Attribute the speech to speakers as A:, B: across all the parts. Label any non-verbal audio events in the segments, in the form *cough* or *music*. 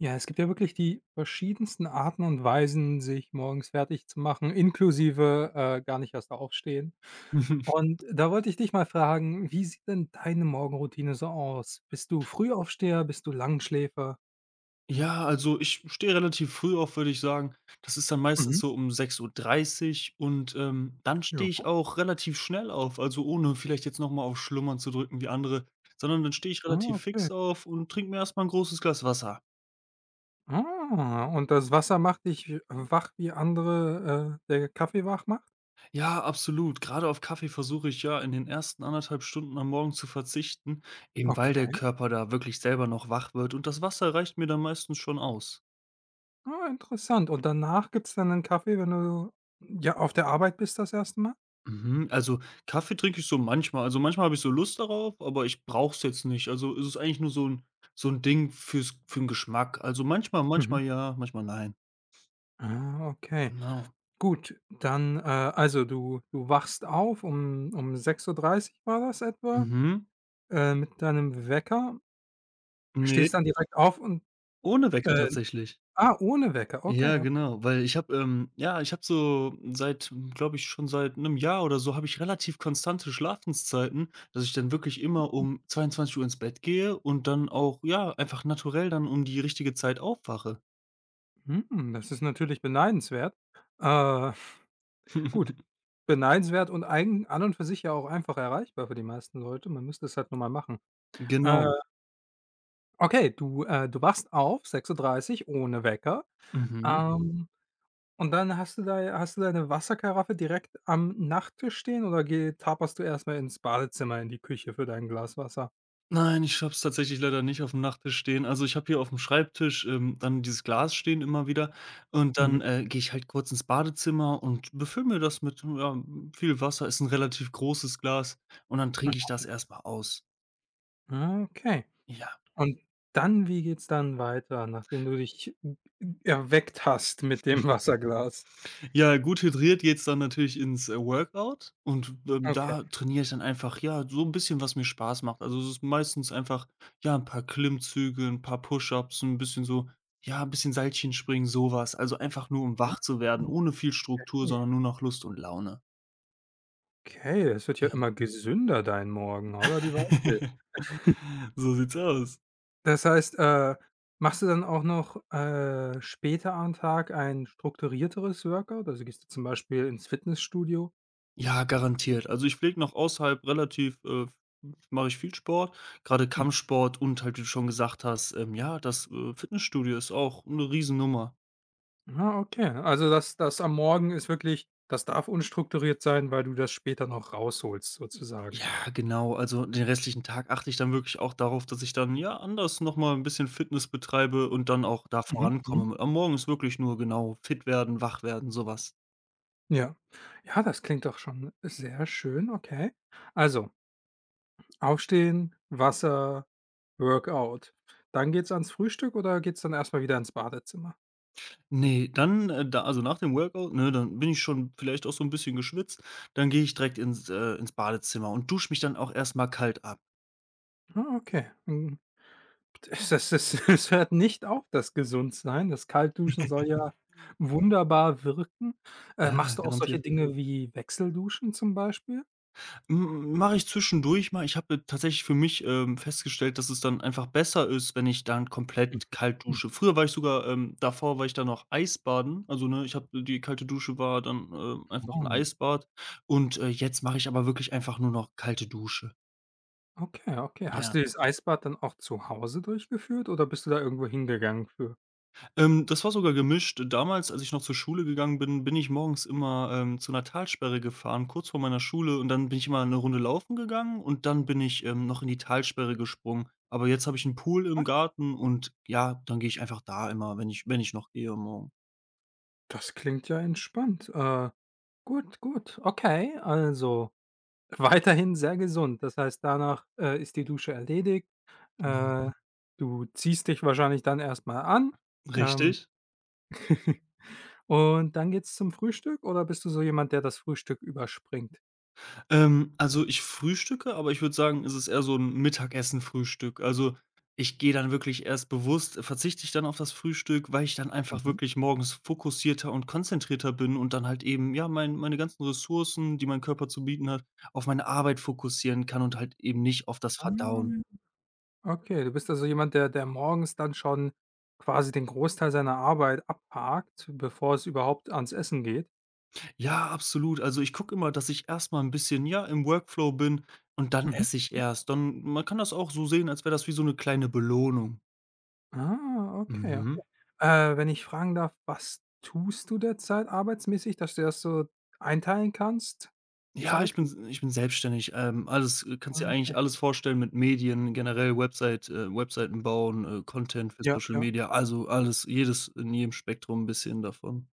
A: Ja, es gibt ja wirklich die verschiedensten Arten und Weisen, sich morgens fertig zu machen, inklusive, gar nicht erst aufstehen.
B: Mhm.
A: Und da wollte ich dich mal fragen, wie sieht denn deine Morgenroutine so aus? Bist du Frühaufsteher? Bist du Langschläfer?
B: Ja, also ich stehe relativ früh auf, würde ich sagen. Das ist dann meistens
A: Mhm,
B: so um 6:30 Uhr und, dann stehe ich
A: ja.
B: auch relativ schnell auf, also ohne vielleicht jetzt noch mal auf Schlummern zu drücken wie andere, sondern dann stehe ich
A: Ah,
B: relativ
A: okay.
B: fix auf und trinke mir erst mal 'n großes Glas Wasser.
A: Ah, und das Wasser macht dich wach, wie andere, der Kaffee wach macht?
B: Ja, absolut. Gerade auf Kaffee versuche ich ja in den ersten 1,5 Stunden am Morgen zu verzichten, eben weil der
A: Okay.
B: Körper da wirklich selber noch wach wird und das Wasser reicht mir dann meistens schon aus.
A: Ah, interessant. Und danach gibt's dann 'nen Kaffee, wenn du, ja, auf der Arbeit bist das erste Mal?
B: Mhm, also Kaffee trinke ich so manchmal. Also, manchmal habe ich so Lust darauf, aber ich brauche es jetzt nicht. Also, es ist eigentlich nur so ein Ding für den Geschmack. Also, manchmal
A: Mhm.
B: manchmal ja, manchmal nein.
A: Ah, okay.
B: Genau.
A: Gut, dann, also du wachst auf um 6:30 Uhr war das etwa,
B: Mhm.
A: mit deinem Wecker,
B: Ne,
A: stehst dann direkt auf und,
B: ohne Wecker
A: äh
B: tatsächlich.
A: ah, ohne Wecker, okay,
B: Ja,
A: okay.
B: genau, weil ich habe, ja, ich habe so seit glaube ich, schon seit einem Jahr oder so habe ich relativ konstante Schlafenszeiten, dass ich dann wirklich immer um 22 Uhr ins Bett gehe und dann auch, ja, einfach naturell dann um die richtige Zeit aufwache.
A: Hm, das ist natürlich beneidenswert. Äh, gut,
B: *laughs*
A: beneidenswert und eigen an und für sich ja auch einfach erreichbar für die meisten Leute. Man müsste es halt nur mal machen. Äh,
B: Genau.
A: okay, du, du wachst auf, 6:30 Uhr ohne Wecker.
B: Mhm.
A: Ähm Und dann hast du da hast du deine Wasserkaraffe direkt am Nachttisch stehen oder geh taperst du erstmal ins Badezimmer, in die Küche für dein Glas Wasser?
B: Nein, ich habe es tatsächlich leider nicht auf dem Nachttisch stehen. Also, ich habe hier auf dem Schreibtisch, dann dieses Glas stehen immer wieder und
A: Mhm.
B: dann, gehe ich halt kurz ins Badezimmer und befülle mir das mit, ja, viel Wasser. Ist ein relativ großes Glas und dann trinke ich das erstmal aus.
A: Mhm, okay.
B: Ja.
A: Und dann wie geht's dann weiter, nachdem du dich erweckt hast mit dem Wasserglas?
B: Ja, gut hydriert geht's dann natürlich ins, Workout und,
A: Okay.
B: da trainiere ich dann einfach, ja, so ein bisschen, was mir Spaß macht. Also, es ist meistens einfach, ja, ein paar Klimmzüge, ein paar Push-ups, 'n bisschen so ja, ein bisschen Seilchen springen, sowas. Also, einfach nur, um
A: Ah,
B: wach zu werden, ohne viel Struktur,
A: okay.
B: sondern nur nach Lust und Laune.
A: Okay, es wird ja
B: Ja.
A: immer gesünder dein Morgen, oder? Die Waldfee.
B: *laughs* So sieht's aus.
A: Das heißt, machst du dann auch noch, später am Tag ein strukturierteres Workout? Also, gehst du zum Beispiel ins Fitnessstudio?
B: Ja, garantiert. Also, ich lege noch außerhalb relativ, mache ich viel Sport, gerade Kampfsport und halt, wie du schon gesagt hast, ja, das, Fitnessstudio ist auch 'ne Riesennummer.
A: Ah, okay, ne? Also, das am Morgen ist wirklich, das darf unstrukturiert sein, weil du das später noch rausholst
B: I-
A: sozusagen.
B: Ja, genau. Also, den restlichen Tag achte ich dann wirklich auch darauf, dass ich dann, ja, anders noch mal 'n bisschen Fitness betreibe und dann auch da
A: Mhm, mhm.
B: vorankomme. Am Morgen ist wirklich nur genau fit werden, wach werden, sowas. Was.
A: Ja. Ja, das klingt doch schon sehr schön, okay. Also, aufstehen, Wasser, Workout. Dann geht's ans Frühstück oder geht's dann erstmal wieder ins Badezimmer?
B: Ne, dann, da also, nach dem Workout, ne, dann bin ich schon vielleicht auch so ein bisschen geschwitzt, dann gehe ich direkt ins ins Badezimmer und dusche mich dann auch erst mal kalt ab.
A: Ah, okay. Hm, das *laughs* es hört nicht auf, das Gesundsein. Das Kaltduschen soll ja wunderbar wirken. Äh,
B: Ja,
A: machst du auch solche
B: garantiert.
A: Dinge wie Wechselduschen zum Beispiel?
B: M Mache ich zwischendurch mal. Ich habe tatsächlich für mich, festgestellt, dass es dann einfach besser ist, wenn ich dann komplett kalt
A: Mhm.
B: dusche. Früher war ich sogar davor war ich dann noch Eisbaden. Also, ne, ich habe die kalte Dusche war dann, einfach ein
A: Mhm.
B: Eisbad und, jetzt mache ich aber wirklich einfach nur noch kalte Dusche.
A: Okay, okay. Hast
B: Ja.
A: du dieses Eisbad dann auch zu Hause durchgeführt oder bist du da irgendwo hingegangen für?
B: Das war sogar gemischt. Damals, als ich noch zur Schule gegangen bin, bin ich morgens immer, zu einer Talsperre gefahren, kurz vor meiner Schule und dann bin ich immer eine Runde laufen gegangen und dann bin ich, noch in die Talsperre gesprungen. Aber jetzt habe ich einen Pool
A: Ah,
B: im Garten und ja, dann gehe ich einfach da immer, wenn ich noch gehe morgen.
A: das klingt ja entspannt. Gut, gut. Okay, also *laughs* weiterhin sehr gesund. Das heißt, danach, ist die Dusche erledigt.
B: Genau.
A: Äh, du ziehst dich wahrscheinlich dann erstmal an, ähm,
B: Richtig.
A: *laughs* und dann geht's zum Frühstück oder bist du so jemand, der das Frühstück überspringt?
B: Also, ich frühstücke, aber ich würde sagen, es ist eher so ein Mittagessen-Frühstück. Also, ich gehe dann wirklich erst bewusst verzichte ich dann auf das Frühstück, weil ich dann einfach
A: Mhm.
B: wirklich morgens fokussierter und konzentrierter bin und dann halt eben, ja, meine ganzen Ressourcen, die mein Körper zu bieten hat, auf meine Arbeit fokussieren kann und halt eben nicht auf das
A: Ah.
B: Verdauen.
A: Okay, du bist also jemand, der morgens dann schon quasi den Großteil seiner Arbeit abhakt, bevor es überhaupt ans Essen geht?
B: Ja, absolut. Also, ich gucke immer, dass ich erst mal 'n bisschen, ja, im Workflow bin und dann
A: Mhm.
B: esse ich erst. Dann man kann das auch so sehen, als wäre das wie so eine kleine Belohnung.
A: Ah, okay, okay.
B: Mhm.
A: Wenn ich fragen darf, was tust du derzeit arbeitsmäßig, dass du das so einteilen kannst
B: Ja, ich
A: zeitlich?
B: bin ich bin selbstständig. Alles kannst
A: Ah,
B: dir
A: okay.
B: eigentlich alles vorstellen mit Medien, generell Website Webseiten bauen, Content für
A: Ja,
B: Social
A: ja.
B: Media, also alles, jedes in jedem Spektrum 'n bisschen davon.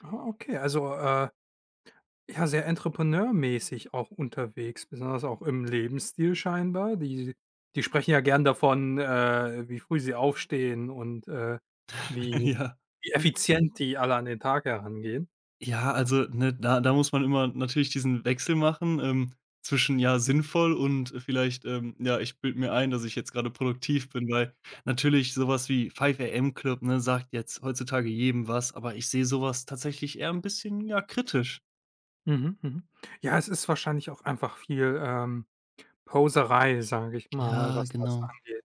A: Ah, okay, also, ja, sehr entrepreneurmäßig auch unterwegs, besonders auch im Lebensstil scheinbar. Die sprechen ja gern davon, wie früh sie aufstehen und,
B: *laughs*
A: wie
B: Ja.
A: effizient die alle an den Tag herangehen.
B: Ja, also, ne, da muss man immer natürlich diesen Wechsel machen, zwischen, ja, sinnvoll und vielleicht, ja, ich bilde mir ein, dass ich jetzt gerade produktiv bin, weil natürlich sowas wie Five AM Club, ne, sagt jetzt heutzutage jedem was, aber ich sehe sowas tatsächlich eher 'n bisschen, ja, kritisch.
A: Mhm, mhm. Ja, es ist wahrscheinlich auch einfach viel, Poserei, sage ich mal,
B: Ja,
A: was das
B: genau.
A: angeht.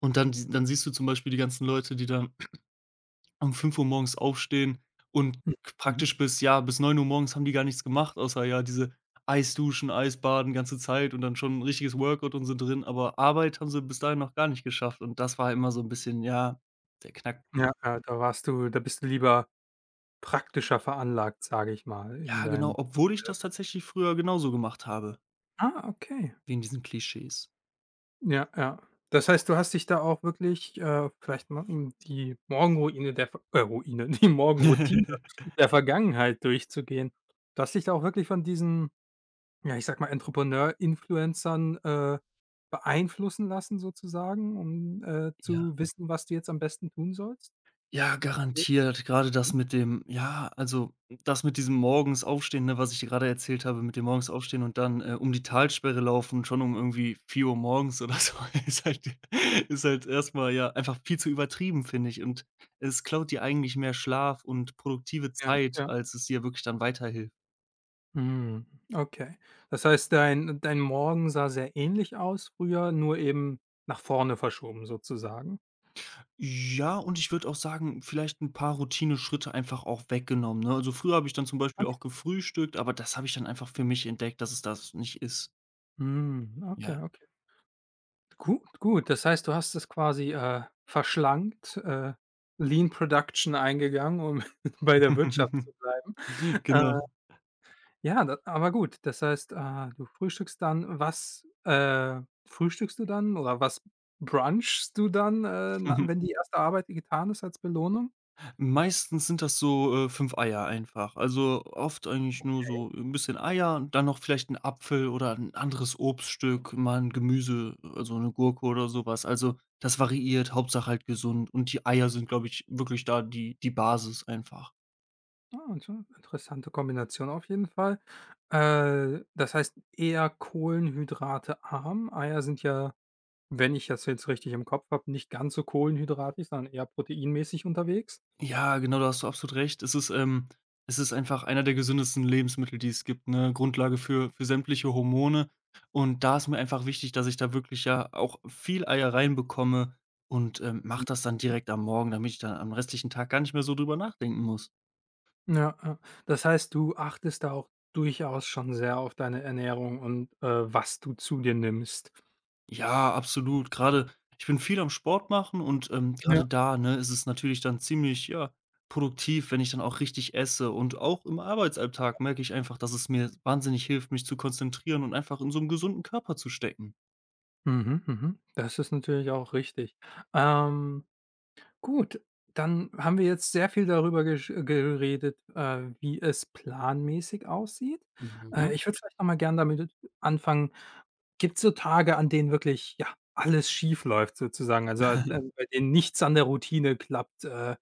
B: Und dann siehst du zum Beispiel die ganzen Leute, die dann *clears throat* um 5 Uhr morgens aufstehen und
A: Mhm,
B: k
A: mhm.
B: praktisch bis ja, bis 9 Uhr morgens haben die gar nichts gemacht, außer, ja, diese Eisduschen, Eisbaden, ganze Zeit und dann schon ein richtiges Workout und sind drin, aber Arbeit haben sie bis dahin noch gar nicht geschafft und das war immer so ein bisschen, ja, der
A: Ja,
B: Knackpunkt.
A: ja, da bist du lieber praktischer veranlagt, sage ich mal, in
B: Ja, genau,
A: deinem
B: obwohl ich das tatsächlich früher genauso gemacht habe,
A: Ah, okay.
B: wie in diesen Klischees.
A: Ja, ja. Das heißt, du hast dich da auch wirklich, vielleicht mal um die Morgenruine der Ver Ruine, *laughs* die Morgenroutine
B: *laughs*
A: der Vergangenheit durchzugehen. Du hast dich da auch wirklich von diesen, ja, ich sage mal, Entrepreneur-Influencern, beeinflussen lassen sozusagen, um,
B: Ja.
A: zu wissen, was du jetzt am besten tun sollst?
B: Ja, garantiert. Gerade das mit dem ja, also, das mit diesem morgens Aufstehen, ne, was ich dir gerade erzählt habe, mit dem morgens Aufstehen und dann, um die Talsperre laufen, schon um irgendwie 4 Uhr morgens oder so, *laughs* ist halt ist halt erst ja, einfach viel zu übertrieben, finde ich. Und es klaut dir eigentlich mehr Schlaf und produktive
A: Ja,
B: Zeit,
A: ja.
B: als es dir wirklich dann weiterhilft.
A: Mhm, okay. Das heißt, dein Morgen sah sehr ähnlich aus früher, nur eben nach vorne verschoben sozusagen?
B: Ja, und ich würde auch sagen, vielleicht ein paar Routine Schritte einfach auch weggenommen, ne? Also, früher habe ich dann zum Beispiel
A: Okay.
B: auch gefrühstückt, aber das habe ich dann einfach für mich entdeckt, dass es das nicht ist.
A: Mhm, okay,
B: Ja.
A: okay. Gut, gut. Das heißt, du hast es quasi, verschlankt, Lean Production eingegangen, um *laughs* bei der Wirtschaft zu
B: *laughs*
A: bleiben.
B: Genau.
A: Äh, ja, da aber gut, das heißt, du frühstückst dann. Was, frühstückst du dann oder was brunchst du dann, na
B: Mhm.
A: wenn die erste Arbeit getan ist als Belohnung?
B: Meistens sind das so, 5 Eier einfach. Also, oft eigentlich nur so ein bisschen Eier und dann noch vielleicht ein Apfel oder ein anderes Obststück, mal 'n Gemüse, also eine Gurke oder sowas. Also, das variiert, Hauptsache halt gesund und die Eier sind, glaube ich, wirklich da die Basis einfach.
A: Ah, interessante Kombination auf jeden Fall. Das heißt eher kohlenhydratearm. Eier sind ja, wenn ich das jetzt richtig im Kopf habe, nicht ganz so kohlenhydratig, sondern eher proteinmäßig unterwegs.
B: Ja, genau, da hast du absolut recht. Es ist einfach einer der gesündesten Lebensmittel, die es gibt, ne? Grundlage für sämtliche Hormone. Und da ist mir einfach wichtig, dass ich da wirklich ja auch viel Eier reinbekomme und, mache
A: Mhm.
B: das dann direkt am Morgen, damit ich dann am restlichen Tag gar nicht mehr so drüber nachdenken muss.
A: Ja, ja. Das heißt, du achtest da auch durchaus schon sehr auf deine Ernährung und, was du zu dir nimmst.
B: Ja, absolut. Gerade ich bin viel am Sport machen und,
A: Ja,
B: grade da, ne, ist es natürlich dann ziemlich, ja, produktiv, wenn ich dann auch richtig esse. Und auch im
A: ja.
B: Arbeitsalltag merke ich einfach, dass es mir wahnsinnig hilft, mich zu konzentrieren und einfach in so einem gesunden Körper zu stecken.
A: Mhm, mhm. Das ist natürlich auch richtig. Ähm Gut, dann haben wir jetzt sehr viel darüber gesch geredet, wie es planmäßig aussieht. Ja.
B: Mhm.
A: Ich würde vielleicht noch mal gern damit anfangen, gibt's so Tage, an denen wirklich, ja, alles schief läuft sozusagen, also,
B: *laughs*
A: bei denen nichts an der Routine klappt? Äh,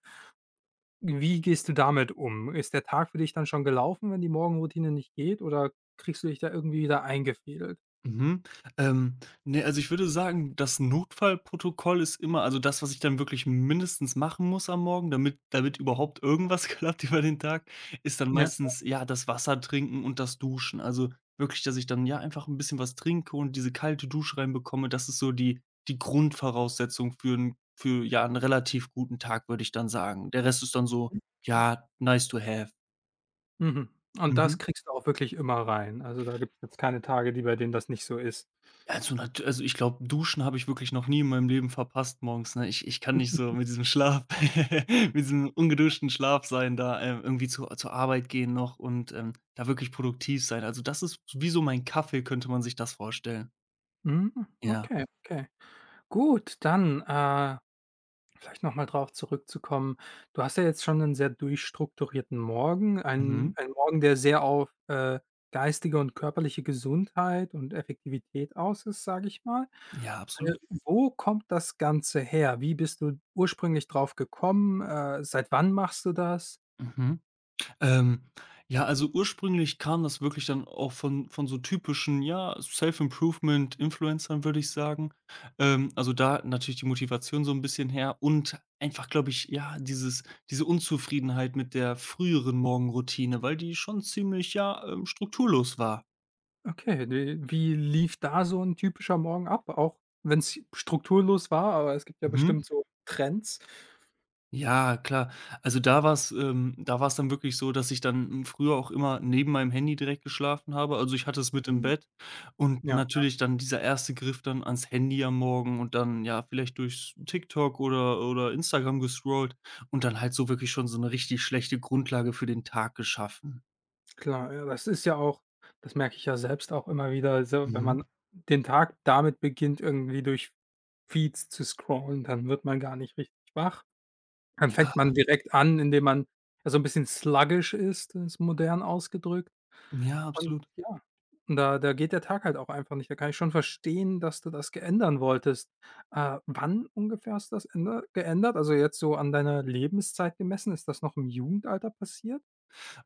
A: wie gehst du damit um? Ist der Tag für dich dann schon gelaufen, wenn die Morgenroutine nicht geht, oder kriegst du dich da irgendwie wieder eingefädelt?
B: Mhm. Ähm, ne, also, ich würde sagen, das Notfallprotokoll ist immer also, das, was ich dann wirklich mindestens machen muss am Morgen, damit überhaupt irgendwas *laughs* klappt über den Tag, ist dann
A: Ja,
B: meistens, ja, das Wasser trinken und das Duschen. Also, wirklich, dass ich dann, ja, einfach ein bisschen was trinke und diese kalte Dusche reinbekomme. Das ist so die Grundvoraussetzung für 'n für, ja, einen relativ guten Tag, würde ich dann sagen. Der Rest ist dann so,
A: okay.
B: ja, nice to have.
A: Mhm. Und das
B: Mhm.
A: kriegst du auch wirklich immer rein? Also, da gibt's jetzt keine Tage, die bei denen das nicht so ist?
B: Also, nat also, ich glaube, Duschen habe ich wirklich noch nie in meinem Leben verpasst morgens, ne? Ich kann nicht so mit diesem Schlaf *laughs* mit diesem ungeduschten Schlaf sein da, irgendwie zu zur Arbeit gehen noch und, da wirklich produktiv sein. Also, das ist wie so mein Kaffee, könnte man sich das vorstellen.
A: Mhm,
B: Ja.
A: okay, okay. Gut, dann, vielleicht noch mal drauf zurückzukommen. Du hast ja jetzt schon einen sehr durchstrukturierten Morgen, einen
B: Mhm.
A: einen Morgen, der sehr auf, geistige und körperliche Gesundheit und Effektivität aus ist, sage ich mal.
B: Ja,
A: Äh,
B: absolut.
A: wo kommt das Ganze her? Wie bist du ursprünglich drauf gekommen? Seit wann machst du das?
B: Mhm. Ähm, ja, also ursprünglich kam das wirklich dann auch von so typischen, ja, Self-Improvement-Influencern, würde ich sagen. Also, da natürlich die Motivation so ein bisschen her und einfach, glaube ich, ja, diese Unzufriedenheit mit der früheren Morgenroutine, weil die schon ziemlich, ja, strukturlos war.
A: Okay, wie lief da so ein typischer Morgen ab? Auch wenn es strukturlos war, aber es gibt ja bestimmt
B: Mhm.
A: so Trends.
B: Ja, klar. Also da war's dann wirklich so, dass ich dann, früher auch immer neben meinem Handy direkt geschlafen habe. Also, ich hatte es mit im Bett und
A: Ja, ja,
B: natürlich dann dieser erste Griff dann ans Handy am Morgen und dann, ja, vielleicht durch TikTok oder Instagram gescrollt und dann halt so wirklich schon so eine richtig schlechte Grundlage für den Tag geschaffen.
A: klar. Ja, das merke ich ja selbst auch immer wieder so, wenn
B: Mhm.
A: man den Tag damit beginnt, irgendwie durch Feeds zu scrollen, dann wird man gar nicht richtig wach. Dann
B: Ja,
A: fängt man direkt an, indem man ja so 'n bisschen sluggish ist, ist modern ausgedrückt.
B: ja,
A: Und
B: absolut.
A: ja, und da geht der Tag halt auch einfach nicht. Da kann ich schon verstehen, dass du das ge ändern wolltest. Wann ungefähr hast du das änder geändert? Also, jetzt so an deiner Lebenszeit gemessen, ist das noch im Jugendalter passiert?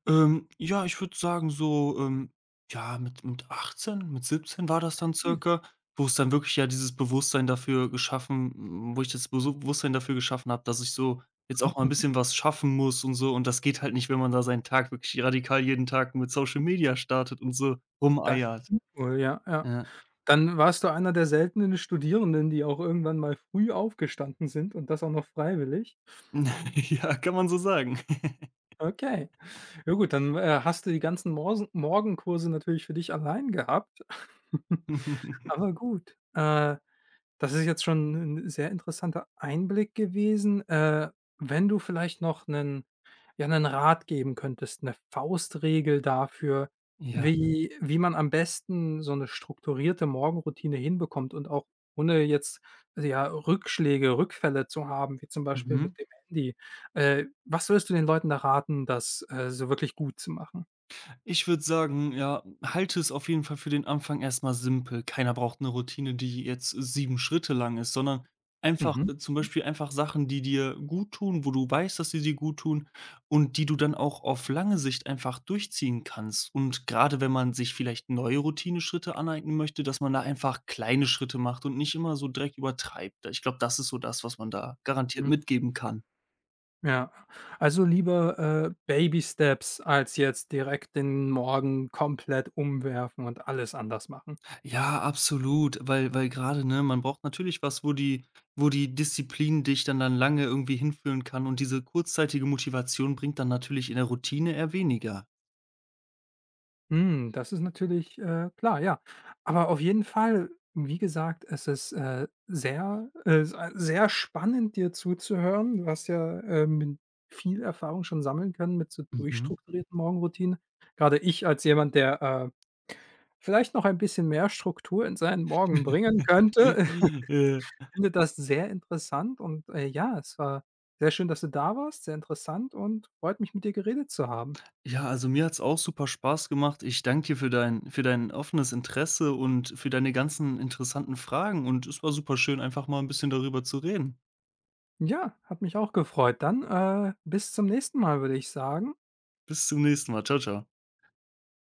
B: Ja, ich würde sagen, so, ja, mit 18, mit 17 war das dann
A: Hm.
B: circa, wo es dann wirklich ja dieses Bewusstsein dafür geschaffen wo ich das Besu Bewusstsein dafür geschaffen habe, dass ich so jetzt auch mal ein
A: Mhm.
B: bisschen was schaffen muss und so. Und das geht halt nicht, wenn man da seinen Tag wirklich radikal jeden Tag mit Social Media startet und so
A: Das
B: rumeiert.
A: stimmt wohl, ja, ja.
B: Ja.
A: Dann warst du einer der seltenen Studierenden, die auch irgendwann mal früh aufgestanden sind und das auch noch freiwillig.
B: *laughs* Ja, kann man so sagen.
A: Okay. Ja gut, dann, hast du die ganzen Morsen Morgenkurse natürlich für dich allein gehabt. *laughs*
B: *laughs*
A: Aber gut, das ist jetzt schon 'n sehr interessanter Einblick gewesen. Wenn du vielleicht noch 'nen Rat geben könntest, 'ne Faustregel dafür,
B: Ja.
A: wie man am besten so 'ne strukturierte Morgenroutine hinbekommt und auch ohne jetzt, also ja, Rückschläge, Rückfälle zu haben, wie zum Beispiel
B: Mhm.
A: mit dem Handy. Was würdest du den Leuten da raten, das, so wirklich gut zu machen?
B: Ich würde sagen, ja, halte es auf jeden Fall für den Anfang erst mal simpel. Keiner braucht eine Routine, die jetzt 7 Schritte lang ist, sondern einfach
A: Mhm,
B: zum Beispiel einfach Sachen, die dir gut tun, wo du weißt, dass sie dir gut tun und die du dann auch auf lange Sicht einfach durchziehen kannst. Und gerade wenn man sich vielleicht neue Routineschritte aneignen möchte, dass man da einfach kleine Schritte macht und nicht immer so direkt übertreibt. Ich glaube, das ist so das, was man da garantiert
A: mhm.
B: mitgeben kann.
A: Ja, also lieber, Baby Steps als jetzt direkt den Morgen komplett umwerfen und alles anders machen.
B: Ja, absolut, weil gerade ne, man braucht natürlich was, wo die Disziplin dich dann lange irgendwie hinführen kann und diese kurzzeitige Motivation bringt dann natürlich in der Routine eher weniger.
A: Hm, das ist natürlich, klar, ja. Aber auf jeden Fall, wie gesagt, es ist, sehr spannend, dir zuzuhören. Du hast ja, viel Erfahrung schon sammeln können mit so
B: Mhm.
A: durchstrukturierten Morgenroutinen. Grade ich als jemand, der, vielleicht noch ein bisschen mehr Struktur in seinen Morgen bringen
B: *laughs*
A: könnte. *laughs*
B: Äh,
A: Ich finde das sehr interessant und, ja, es war sehr schön, dass du da warst, sehr interessant und freut mich, mit dir geredet zu haben.
B: ja, also, mir hat's auch super Spaß gemacht. Ich danke dir für dein offenes Interesse und für deine ganzen interessanten Fragen und es war super schön, einfach mal ein bisschen darüber zu reden.
A: Ja, hat mich auch gefreut. Dann, bis zum nächsten Mal, würde ich sagen.
B: Bis zum nächsten Mal. Ciao ciao.